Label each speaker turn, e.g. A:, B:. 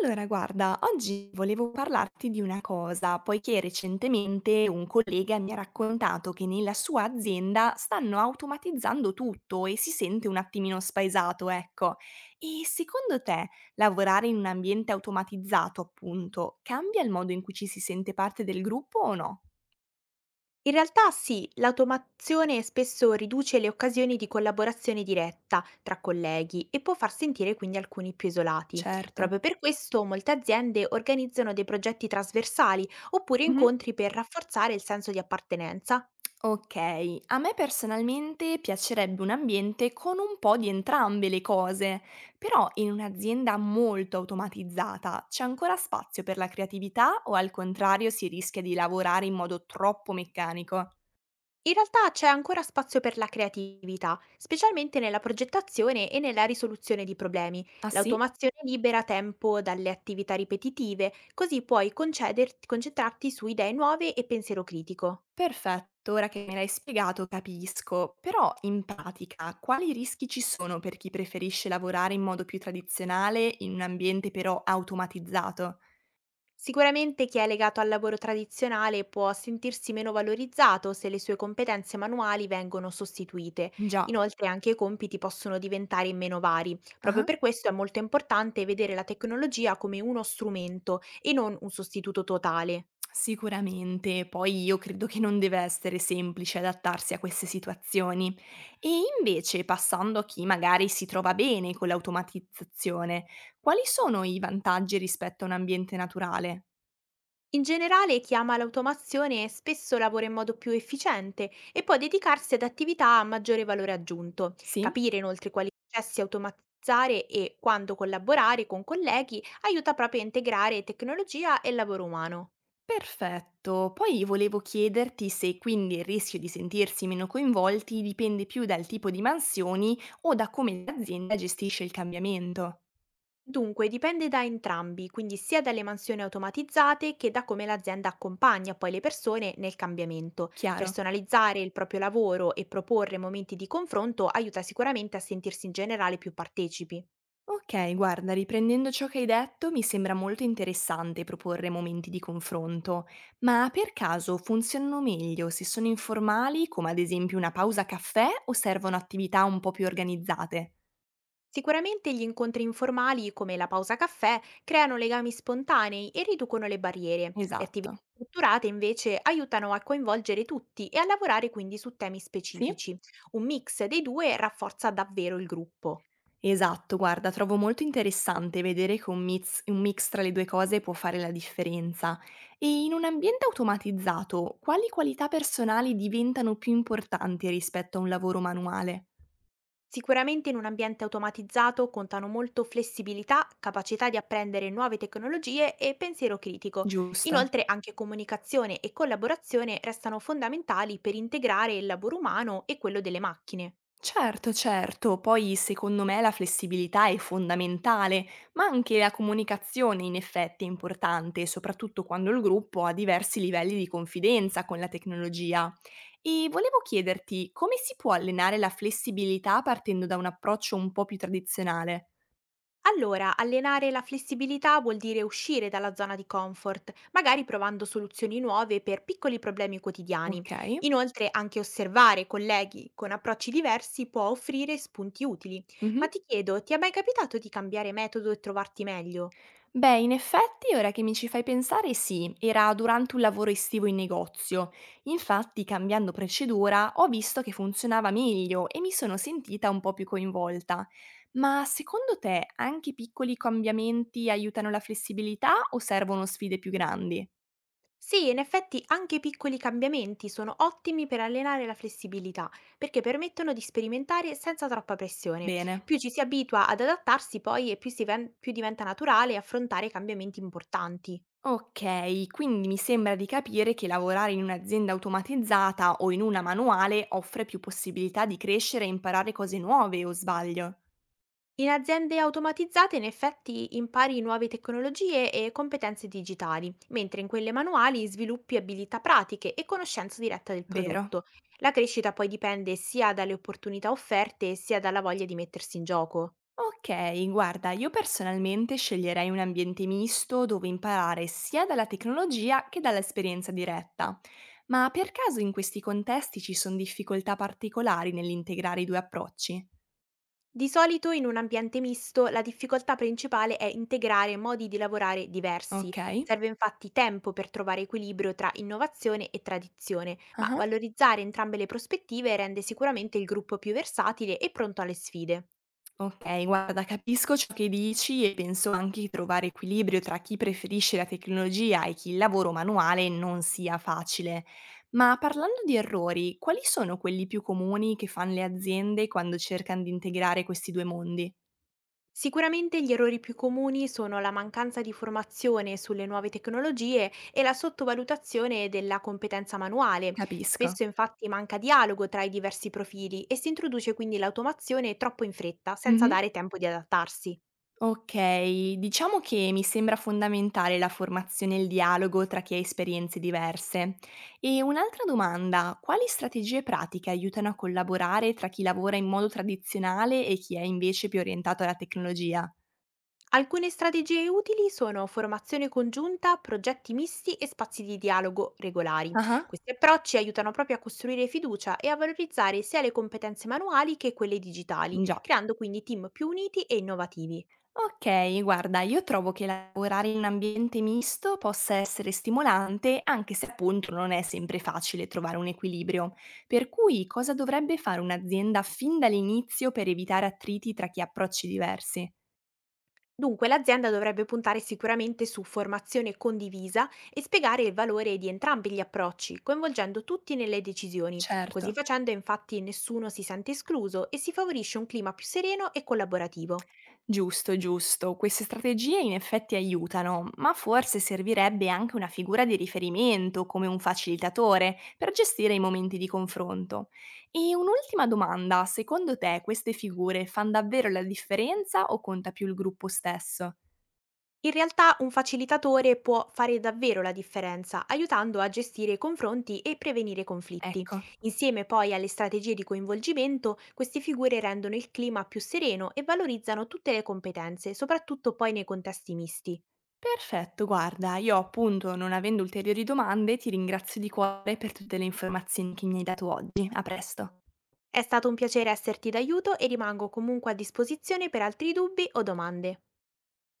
A: Allora, guarda, oggi volevo parlarti di una cosa, poiché recentemente un collega mi ha raccontato che nella sua azienda stanno automatizzando tutto e si sente un attimino spaesato, ecco. E secondo te, lavorare in un ambiente automatizzato, appunto, cambia il modo in cui ci si sente parte del gruppo o no?
B: In realtà sì, l'automazione spesso riduce le occasioni di collaborazione diretta tra colleghi e può far sentire quindi alcuni più isolati.
A: Certo.
B: Proprio per questo molte aziende organizzano dei progetti trasversali oppure incontri per rafforzare il senso di appartenenza.
A: Ok, a me personalmente piacerebbe un ambiente con un po' di entrambe le cose, però in un'azienda molto automatizzata c'è ancora spazio per la creatività o al contrario si rischia di lavorare in modo troppo meccanico?
B: In realtà c'è ancora spazio per la creatività, specialmente nella progettazione e nella risoluzione di problemi.
A: Ah sì?
B: L'automazione libera tempo dalle attività ripetitive, così puoi concentrarti su idee nuove e pensiero critico.
A: Perfetto, ora che me l'hai spiegato capisco, però in pratica quali rischi ci sono per chi preferisce lavorare in modo più tradizionale in un ambiente però automatizzato?
B: Sicuramente chi è legato al lavoro tradizionale può sentirsi meno valorizzato se le sue competenze manuali vengono sostituite.
A: Già.
B: Inoltre anche i compiti possono diventare meno vari. Proprio
A: Ah.
B: per questo è molto importante vedere la tecnologia come uno strumento e non un sostituto totale.
A: Sicuramente, poi io credo che non deve essere semplice adattarsi a queste situazioni. E invece, passando a chi magari si trova bene con l'automatizzazione, quali sono i vantaggi rispetto a un ambiente naturale?
B: In generale chi ama l'automazione spesso lavora in modo più efficiente e può dedicarsi ad attività a maggiore valore aggiunto.
A: Sì?
B: Capire inoltre quali processi automatizzare e quando collaborare con colleghi aiuta proprio a integrare tecnologia e lavoro umano.
A: Perfetto. Poi volevo chiederti se quindi il rischio di sentirsi meno coinvolti dipende più dal tipo di mansioni o da come l'azienda gestisce il cambiamento.
B: Dunque dipende da entrambi, quindi sia dalle mansioni automatizzate che da come l'azienda accompagna poi le persone nel cambiamento.
A: Chiaro?
B: Personalizzare il proprio lavoro e proporre momenti di confronto aiuta sicuramente a sentirsi in generale più partecipi.
A: Ok, guarda, riprendendo ciò che hai detto, mi sembra molto interessante proporre momenti di confronto, ma per caso funzionano meglio se sono informali, come ad esempio una pausa caffè, o servono attività un po' più organizzate?
B: Sicuramente gli incontri informali, come la pausa caffè, creano legami spontanei e riducono le barriere. Le attività
A: Esatto.
B: strutturate invece aiutano a coinvolgere tutti e a lavorare quindi su temi
A: Sì?
B: specifici. Un mix dei due rafforza davvero il gruppo.
A: Esatto, guarda, trovo molto interessante vedere che un mix tra le due cose può fare la differenza. E in un ambiente automatizzato, quali qualità personali diventano più importanti rispetto a un lavoro manuale?
B: Sicuramente in un ambiente automatizzato contano molto flessibilità, capacità di apprendere nuove tecnologie e pensiero critico.
A: Giusto.
B: Inoltre anche comunicazione e collaborazione restano fondamentali per integrare il lavoro umano e quello delle macchine.
A: Certo, certo, poi secondo me la flessibilità è fondamentale, ma anche la comunicazione in effetti è importante, soprattutto quando il gruppo ha diversi livelli di confidenza con la tecnologia. E volevo chiederti come si può allenare la flessibilità partendo da un approccio un po' più tradizionale?
B: Allora, allenare la flessibilità vuol dire uscire dalla zona di comfort, magari provando soluzioni nuove per piccoli problemi quotidiani.
A: Ok.
B: Inoltre, anche osservare colleghi con approcci diversi può offrire spunti utili.
A: Mhm.
B: Ma ti chiedo, ti è mai capitato di cambiare metodo e trovarti meglio?
A: Beh, in effetti, ora che mi ci fai pensare, sì, era durante un lavoro estivo in negozio. Infatti, cambiando procedura, ho visto che funzionava meglio e mi sono sentita un po' più coinvolta. Ma secondo te anche piccoli cambiamenti aiutano la flessibilità o servono sfide più grandi?
B: Sì, in effetti anche piccoli cambiamenti sono ottimi per allenare la flessibilità, perché permettono di sperimentare senza troppa pressione.
A: Bene.
B: Più ci si abitua ad adattarsi poi e più, più diventa naturale affrontare cambiamenti importanti.
A: Ok, quindi mi sembra di capire che lavorare in un'azienda automatizzata o in una manuale offre più possibilità di crescere e imparare cose nuove, o sbaglio?
B: In aziende automatizzate in effetti impari nuove tecnologie e competenze digitali, mentre in quelle manuali sviluppi abilità pratiche e conoscenza diretta del
A: Vero.
B: prodotto. La crescita poi dipende sia dalle opportunità offerte sia dalla voglia di mettersi in gioco.
A: Ok, guarda, io personalmente sceglierei un ambiente misto dove imparare sia dalla tecnologia che dall'esperienza diretta. Ma per caso in questi contesti ci sono difficoltà particolari nell'integrare i due approcci?
B: Di solito in un ambiente misto la difficoltà principale è integrare modi di lavorare diversi.
A: Ok.
B: Serve infatti tempo per trovare equilibrio tra innovazione e tradizione, ma
A: Ah.
B: valorizzare entrambe le prospettive rende sicuramente il gruppo più versatile e pronto alle sfide.
A: Ok, guarda, capisco ciò che dici e penso anche che trovare equilibrio tra chi preferisce la tecnologia e chi il lavoro manuale non sia facile. Ma parlando di errori, quali sono quelli più comuni che fanno le aziende quando cercano di integrare questi due mondi?
B: Sicuramente gli errori più comuni sono la mancanza di formazione sulle nuove tecnologie e la sottovalutazione della competenza manuale.
A: Capisco.
B: Spesso infatti manca dialogo tra i diversi profili e si introduce quindi l'automazione troppo in fretta, senza
A: Mh-mh.
B: dare tempo di adattarsi.
A: Okay, diciamo che mi sembra fondamentale la formazione e il dialogo tra chi ha esperienze diverse. E un'altra domanda, quali strategie pratiche aiutano a collaborare tra chi lavora in modo tradizionale e chi è invece più orientato alla tecnologia?
B: Alcune strategie utili sono formazione congiunta, progetti misti e spazi di dialogo regolari.
A: Ah-ah.
B: Questi approcci aiutano proprio a costruire fiducia e a valorizzare sia le competenze manuali che quelle digitali,
A: Già.
B: creando quindi team più uniti e innovativi.
A: Okay, guarda, io trovo che lavorare in un ambiente misto possa essere stimolante, anche se appunto non è sempre facile trovare un equilibrio. Per cui cosa dovrebbe fare un'azienda fin dall'inizio per evitare attriti tra chi ha approcci diversi?
B: Dunque, l'azienda dovrebbe puntare sicuramente su formazione condivisa e spiegare il valore di entrambi gli approcci, coinvolgendo tutti nelle decisioni.
A: Certo.
B: Così facendo, infatti, nessuno si sente escluso e si favorisce un clima più sereno e collaborativo.
A: Giusto, giusto. Queste strategie in effetti aiutano, ma forse servirebbe anche una figura di riferimento, come un facilitatore, per gestire i momenti di confronto. E un'ultima domanda, secondo te queste figure fanno davvero la differenza o conta più il gruppo stesso?
B: In realtà, un facilitatore può fare davvero la differenza, aiutando a gestire i confronti e prevenire conflitti.
A: Ecco.
B: Insieme poi alle strategie di coinvolgimento, queste figure rendono il clima più sereno e valorizzano tutte le competenze, soprattutto poi nei contesti misti.
A: Perfetto, guarda, io appunto, non avendo ulteriori domande, ti ringrazio di cuore per tutte le informazioni che mi hai dato oggi. A presto.
B: È stato un piacere esserti d'aiuto e rimango comunque a disposizione per altri dubbi o domande.